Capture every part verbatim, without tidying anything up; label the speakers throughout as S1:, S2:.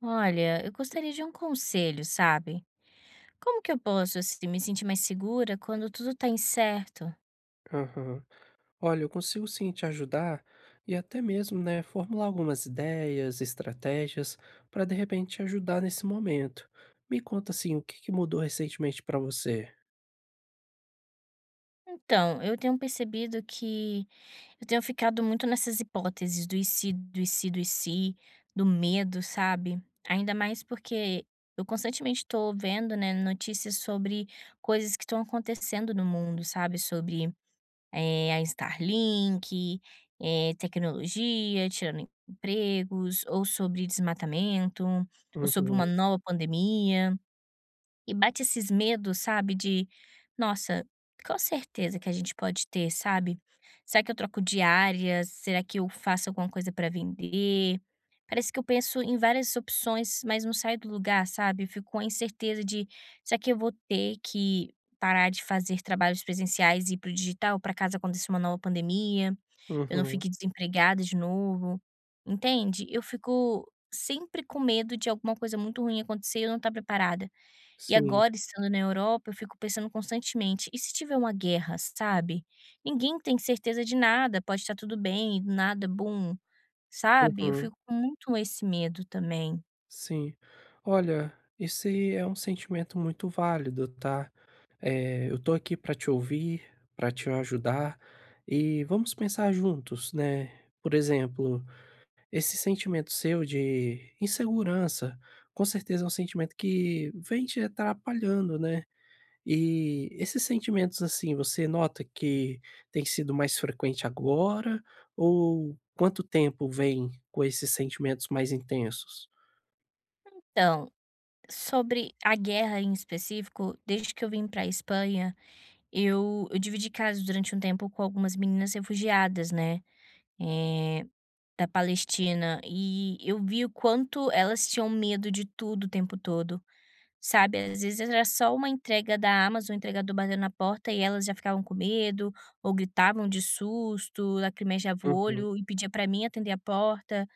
S1: Olha, eu gostaria de um conselho, sabe? Como que eu posso, assim, me sentir mais segura quando tudo tá incerto?
S2: Aham. Olha, eu consigo sim te ajudar e até mesmo, né, formular algumas ideias, estratégias para de repente te ajudar nesse momento. Me conta assim, o que que mudou recentemente para você?
S1: Então, eu tenho percebido que eu tenho ficado muito nessas hipóteses do e se, do e se, do e se, do medo, sabe? Ainda mais porque eu constantemente tô vendo, né, notícias sobre coisas que estão acontecendo no mundo, sabe? Sobre eh, a Starlink, eh, tecnologia tirando empregos, ou sobre desmatamento, ou sobre
S2: Uhum,
S1: uma nova pandemia. E bate esses medos, sabe, de: "Nossa, qual certeza que a gente pode ter, sabe? Será que eu troco diárias? Será que eu faço alguma coisa pra vender?". Parece que eu penso em várias opções, mas não saio do lugar, sabe? Eu fico com a incerteza de: "Será que eu vou ter que parar de fazer trabalhos presenciais e ir para o digital, pra caso aconteça uma nova pandemia, eu não
S2: uhum,
S1: fique desempregada de novo?". Entende? Eu fico sempre com medo de alguma coisa muito ruim acontecer e eu não estar preparada. E
S2: sim,
S1: agora estando na Europa, eu fico pensando constantemente: "E se tiver uma guerra", sabe? Ninguém tem certeza de nada, pode estar tudo bem e do nada bum, sabe? Eu
S2: uhum,
S1: fico com muito esse medo também.
S2: sim. Olha, esse é um sentimento muito válido, tá? É, eu tô aqui para te ouvir, para te ajudar e vamos pensar juntos, né? Por exemplo, esse sentimento seu de insegurança, com certeza é um sentimento que vem te atrapalhando, né. E esses sentimentos, assim, você nota que tem sido mais frequente agora, ou quanto tempo vem com esses sentimentos mais intensos?
S1: Então, sobre a guerra em específico, desde que eu vim para a Espanha, eu eu dividi casa durante um tempo com algumas meninas refugiadas, né, eh, da Palestina, e eu vi o quanto elas tinham medo de tudo o tempo todo. Sabe, às vezes era só uma entrega da Amazon, o entregador batendo na porta e elas já ficavam com medo, ou gritavam de susto, lacrimejava o
S2: Uhum.
S1: olho e pedia pra mim atender a porta.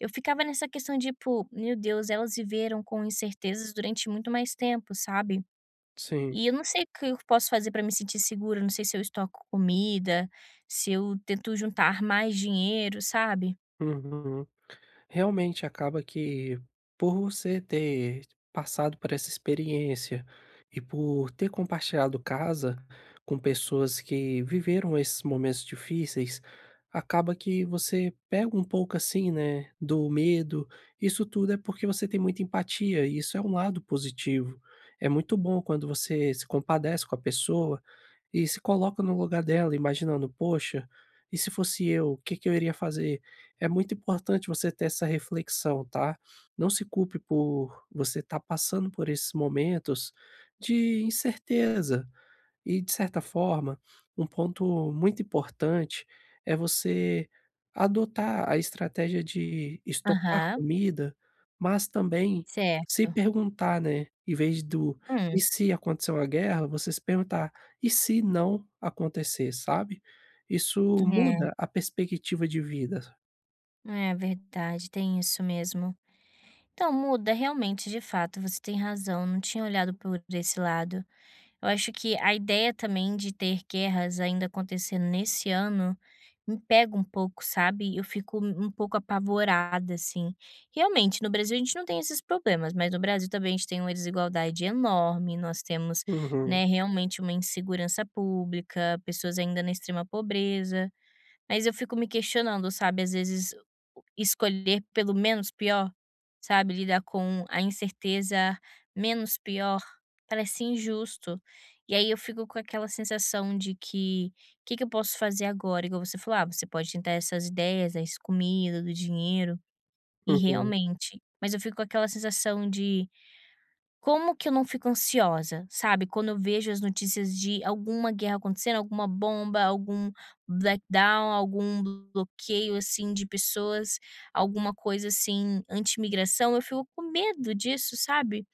S1: Eu ficava nessa questão de, pô, meu Deus, elas viveram com incertezas durante muito mais tempo, sabe?
S2: Sim.
S1: E eu não sei o que eu posso fazer pra me sentir segura, não sei se eu estoco comida, se eu tento juntar mais dinheiro, sabe?
S2: Uhum. Realmente acaba que por você ter passado por essa experiência e por ter compartilhado casa com pessoas que viveram esses momentos difíceis, acaba que você pega um pouco assim, né, do medo. Isso tudo é porque você tem muita empatia, e isso é um lado positivo. É muito bom quando você se compadece com a pessoa e se coloca no lugar dela imaginando: "Poxa, e se fosse eu, o que que eu iria fazer?". É muito importante você ter essa reflexão, tá. Não se culpe por você estar passando por esses momentos de incerteza. E de certa forma, um ponto muito importante é você adotar a estratégia de estocar
S1: Aham,
S2: comida, mas também se
S1: certo.
S2: perguntar, né, em vez do
S1: Hum,
S2: "e se acontecer uma guerra", você se perguntar: "E se não acontecer?", sabe? Isso
S1: é,
S2: muda a perspectiva de vida.
S1: é verdade, tem isso mesmo. Então, muda realmente, de fato, você tem razão, não tinha olhado por esse lado. Eu acho que a ideia também de ter guerras ainda acontecendo nesse ano me pega um pouco, sabe? Eu fico um pouco apavorada, assim. Realmente, no Brasil a gente não tem esses problemas, mas no Brasil também a gente tem uma desigualdade enorme, nós temos,
S2: Uhum,
S1: né, realmente uma insegurança pública, pessoas ainda na extrema pobreza. Mas eu fico me questionando, sabe, às vezes o escolher pelo menos pior, sabe, lidar com a incerteza menos pior, parece injusto. E aí eu fico com aquela sensação de que: o "Que que eu posso fazer agora?". Igual você falou: "Ah, você pode tentar essas ideias, das comida, do dinheiro", e
S2: uhum,
S1: realmente, mas eu fico com aquela sensação de como que eu não fico ansiosa, sabe, quando eu vejo as notícias de alguma guerra acontecendo, alguma bomba, algum blackdown, algum bloqueio, assim, de pessoas, alguma coisa, assim, anti-imigração, eu fico com medo disso, sabe,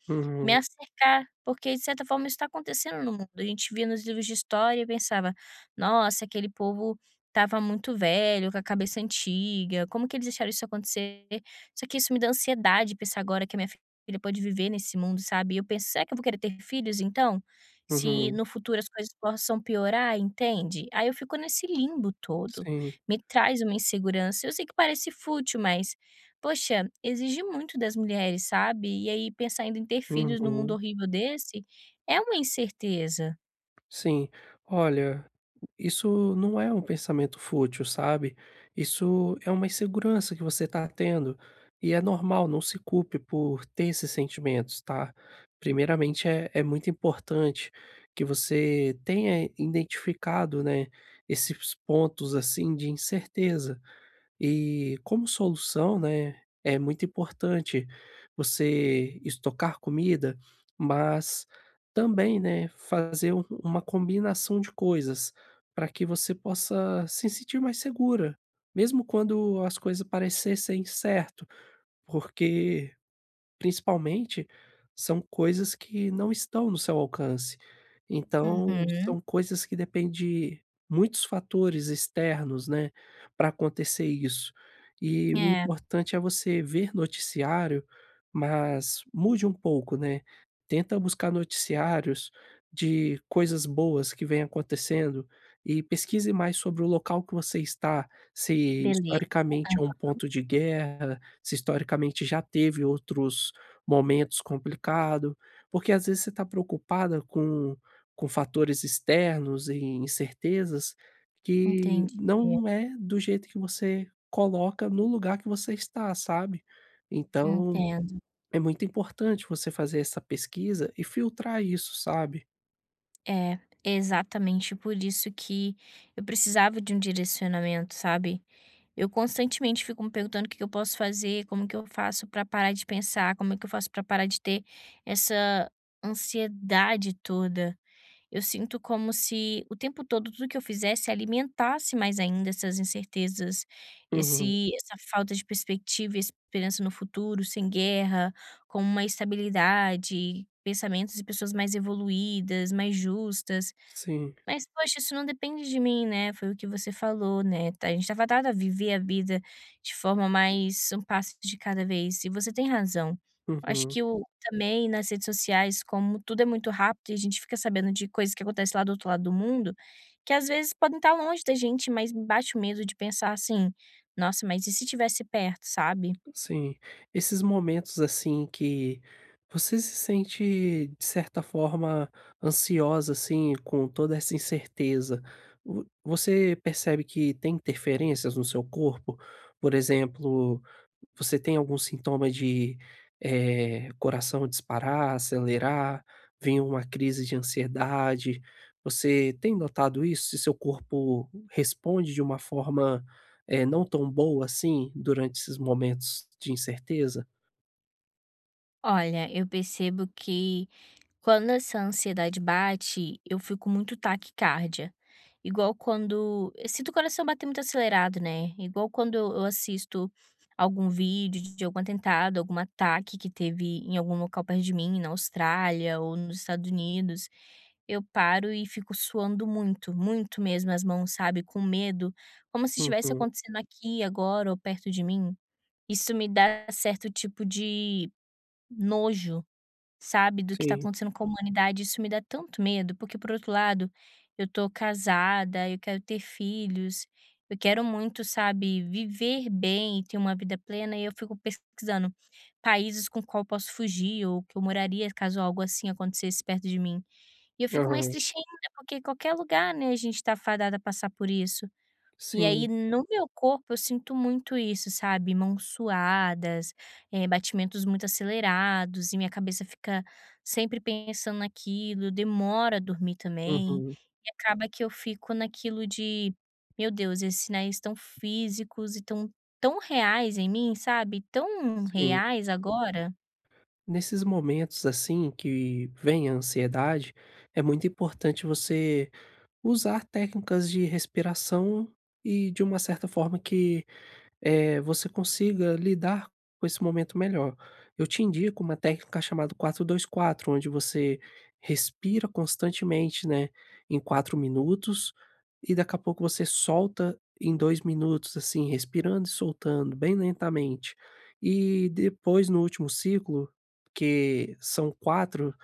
S1: me
S2: uhum,
S1: acercar, porque de certa forma isso tá acontecendo no mundo, a gente via nos livros de história e pensava: "Nossa, aquele povo tava muito velho, com a cabeça antiga, como que eles deixaram isso acontecer?". Só que isso me dá ansiedade pensar agora que a minha ele pode viver nesse mundo, sabe. E eu penso: "Será que eu vou querer ter filhos então? Se
S2: uhum.
S1: no futuro as coisas possam piorar", entende. Aí eu fico nesse limbo todo,
S2: Sim,
S1: me traz uma insegurança. Eu sei que parece fútil, mas, poxa, exige muito das mulheres, sabe. E aí pensar ainda em ter filhos num mundo
S2: uhum,
S1: horrível desse, é uma incerteza.
S2: sim. Olha, isso não é um pensamento fútil, sabe? Isso é uma insegurança que você está tendo. E é normal, não se culpe por ter esses sentimentos, tá? Primeiramente, é, é muito importante que você tenha identificado, né, esses pontos assim de incerteza. E como solução, né, é muito importante você estocar comida, mas também, né, fazer um uma combinação de coisas, para que você possa se sentir mais segura, mesmo quando as coisas parecessem certo, porque principalmente, são coisas que não estão no seu alcance. Então,
S1: Uhum.
S2: são coisas que depende de muitos fatores externos, né, para acontecer isso. E o
S1: É,
S2: importante é você ver noticiário, mas mude um pouco, né. Tenta buscar noticiários de coisas boas que vêm acontecendo e pesquise mais sobre o local que você está, se
S1: beleza.
S2: historicamente é um ponto de guerra, se historicamente já teve outros momentos complicado, porque às vezes você está preocupada com com fatores externos e incertezas que
S1: Entendi,
S2: não é do jeito que você coloca no lugar que você está, sabe. Então,
S1: entendo.
S2: é muito importante você fazer essa pesquisa e filtrar isso, sabe.
S1: É, exatamente por isso que eu precisava de um direcionamento, sabe. Eu constantemente fico me perguntando o que que eu posso fazer, como que eu faço para parar de pensar, como é que eu faço para parar de ter essa ansiedade toda. Eu sinto como se o tempo todo tudo que eu fizesse alimentasse mais ainda essas incertezas,
S2: Uhum.
S1: esse essa falta de perspectiva e esperança no futuro, sem guerra, com uma estabilidade, pensamentos de pessoas mais evoluídas, mais justas.
S2: Sim,
S1: Mas poxa, isso não depende de mim, né, foi o que você falou, né, tá, a gente tá fadado a viver a vida de forma mais um passo de cada vez, e você tem razão. Eu acho
S2: uhum,
S1: que o também nas redes sociais, como tudo é muito rápido e a gente fica sabendo de coisas que acontecem lá do outro lado do mundo, que às vezes podem estar longe da gente, mas me bate o medo de pensar assim: "Nossa, mas e se tivesse perto", sabe?
S2: sim. Esses momentos, assim, que você se sente, de certa forma, ansiosa, assim, com toda essa incerteza, vo você percebe que tem interferências no seu corpo? Por exemplo, você tem algum sintoma de, eh, coração disparar, acelerar, vem uma crise de ansiedade? Você tem notado isso? Se seu corpo responde de uma forma, eh, não tão boa assim, durante esses momentos de incerteza?
S1: Olha, eu percebo que quando essa ansiedade bate, eu fico muito taquicárdia. Igual quando eu sinto o coração bater muito acelerado, né, igual quando eu eu assisto algum vídeo de algum atentado, algum ataque que teve em algum local perto de mim, na Austrália ou nos Estados Unidos, eu paro e fico suando muito, muito mesmo as mãos, sabe, com medo, como se estivesse
S2: Uhum,
S1: acontecendo aqui, agora ou perto de mim. Isso me dá certo tipo de nojo, sabe, do que tá
S2: sim.
S1: acontecendo com a humanidade, isso me dá tanto medo, porque por outro lado, eu tô casada, eu quero ter filhos, eu quero muito, sabe, viver bem e ter uma vida plena e eu fico pesquisando países com qual eu posso fugir ou que eu moraria caso algo assim acontecesse perto de mim. E eu fico mais
S2: Aham.
S1: triste ainda, porque qualquer lugar, né, a gente tá fadada a passar por isso. E aí
S2: Sim.
S1: no meu corpo eu sinto muito isso, sabe, mãos suadas, eh, batimentos muito acelerados e minha cabeça fica sempre pensando naquilo, demora a dormir também,
S2: Uhum,
S1: e acaba que eu fico naquilo de: "Meu Deus, esses sinais tão físicos e tão tão reais em mim, sabe, tão
S2: sim.
S1: reais agora".
S2: Nesses momentos, assim, que vem a ansiedade, é muito importante você usar técnicas de respiração e de uma certa forma que, eh, você consiga lidar com esse momento melhor. Eu te indico uma técnica chamada quatro dois quatro, onde você respira constantemente, né, em quatro minutos, e daqui a pouco você solta em dois minutos, assim, respirando e soltando bem lentamente. E depois no último ciclo, que são quatro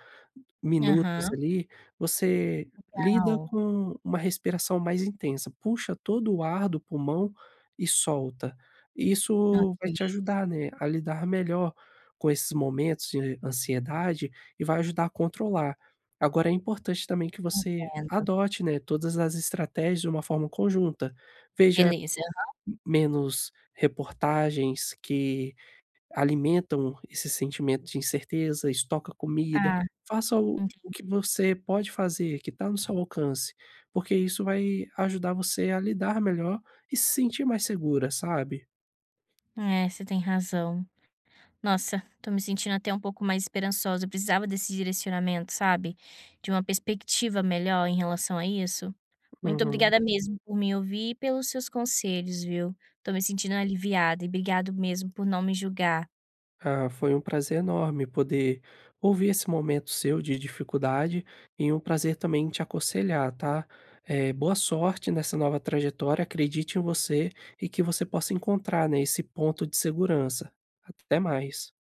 S2: Minutos
S1: Aham.
S2: ali, você lida
S1: Legal.
S2: com uma respiração mais intensa, puxa todo o ar do pulmão e solta. Isso vai te
S1: Ok,
S2: ajudar, né, a lidar melhor com esses momentos de ansiedade e vai ajudar a controlar. Agora é importante também que você
S1: entendo.
S2: adote, né, todas as estratégias de uma forma conjunta. Veja
S1: Beleza.
S2: menos reportagens que alimentam esse sentimento de incerteza, estoca comida,
S1: Ah,
S2: faça o o
S1: entendi.
S2: que você pode fazer, que está no seu alcance, porque isso vai ajudar você a lidar melhor e se sentir mais segura, sabe.
S1: É, você tem razão. Nossa, tô me sentindo até um pouco mais esperançosa. Eu precisava desse direcionamento, sabe? De uma perspectiva melhor em relação a isso. Muito
S2: Uhum.
S1: obrigada mesmo por me ouvir e pelos seus conselhos, viu? Tô me sentindo aliviada e obrigado mesmo por não me julgar.
S2: Ah, foi um prazer enorme poder ouvir esse momento seu de dificuldade e um prazer também te aconselhar, tá. Eh, boa sorte nessa nova trajetória, acredite em você e que você possa encontrar, né, esse ponto de segurança. Até mais.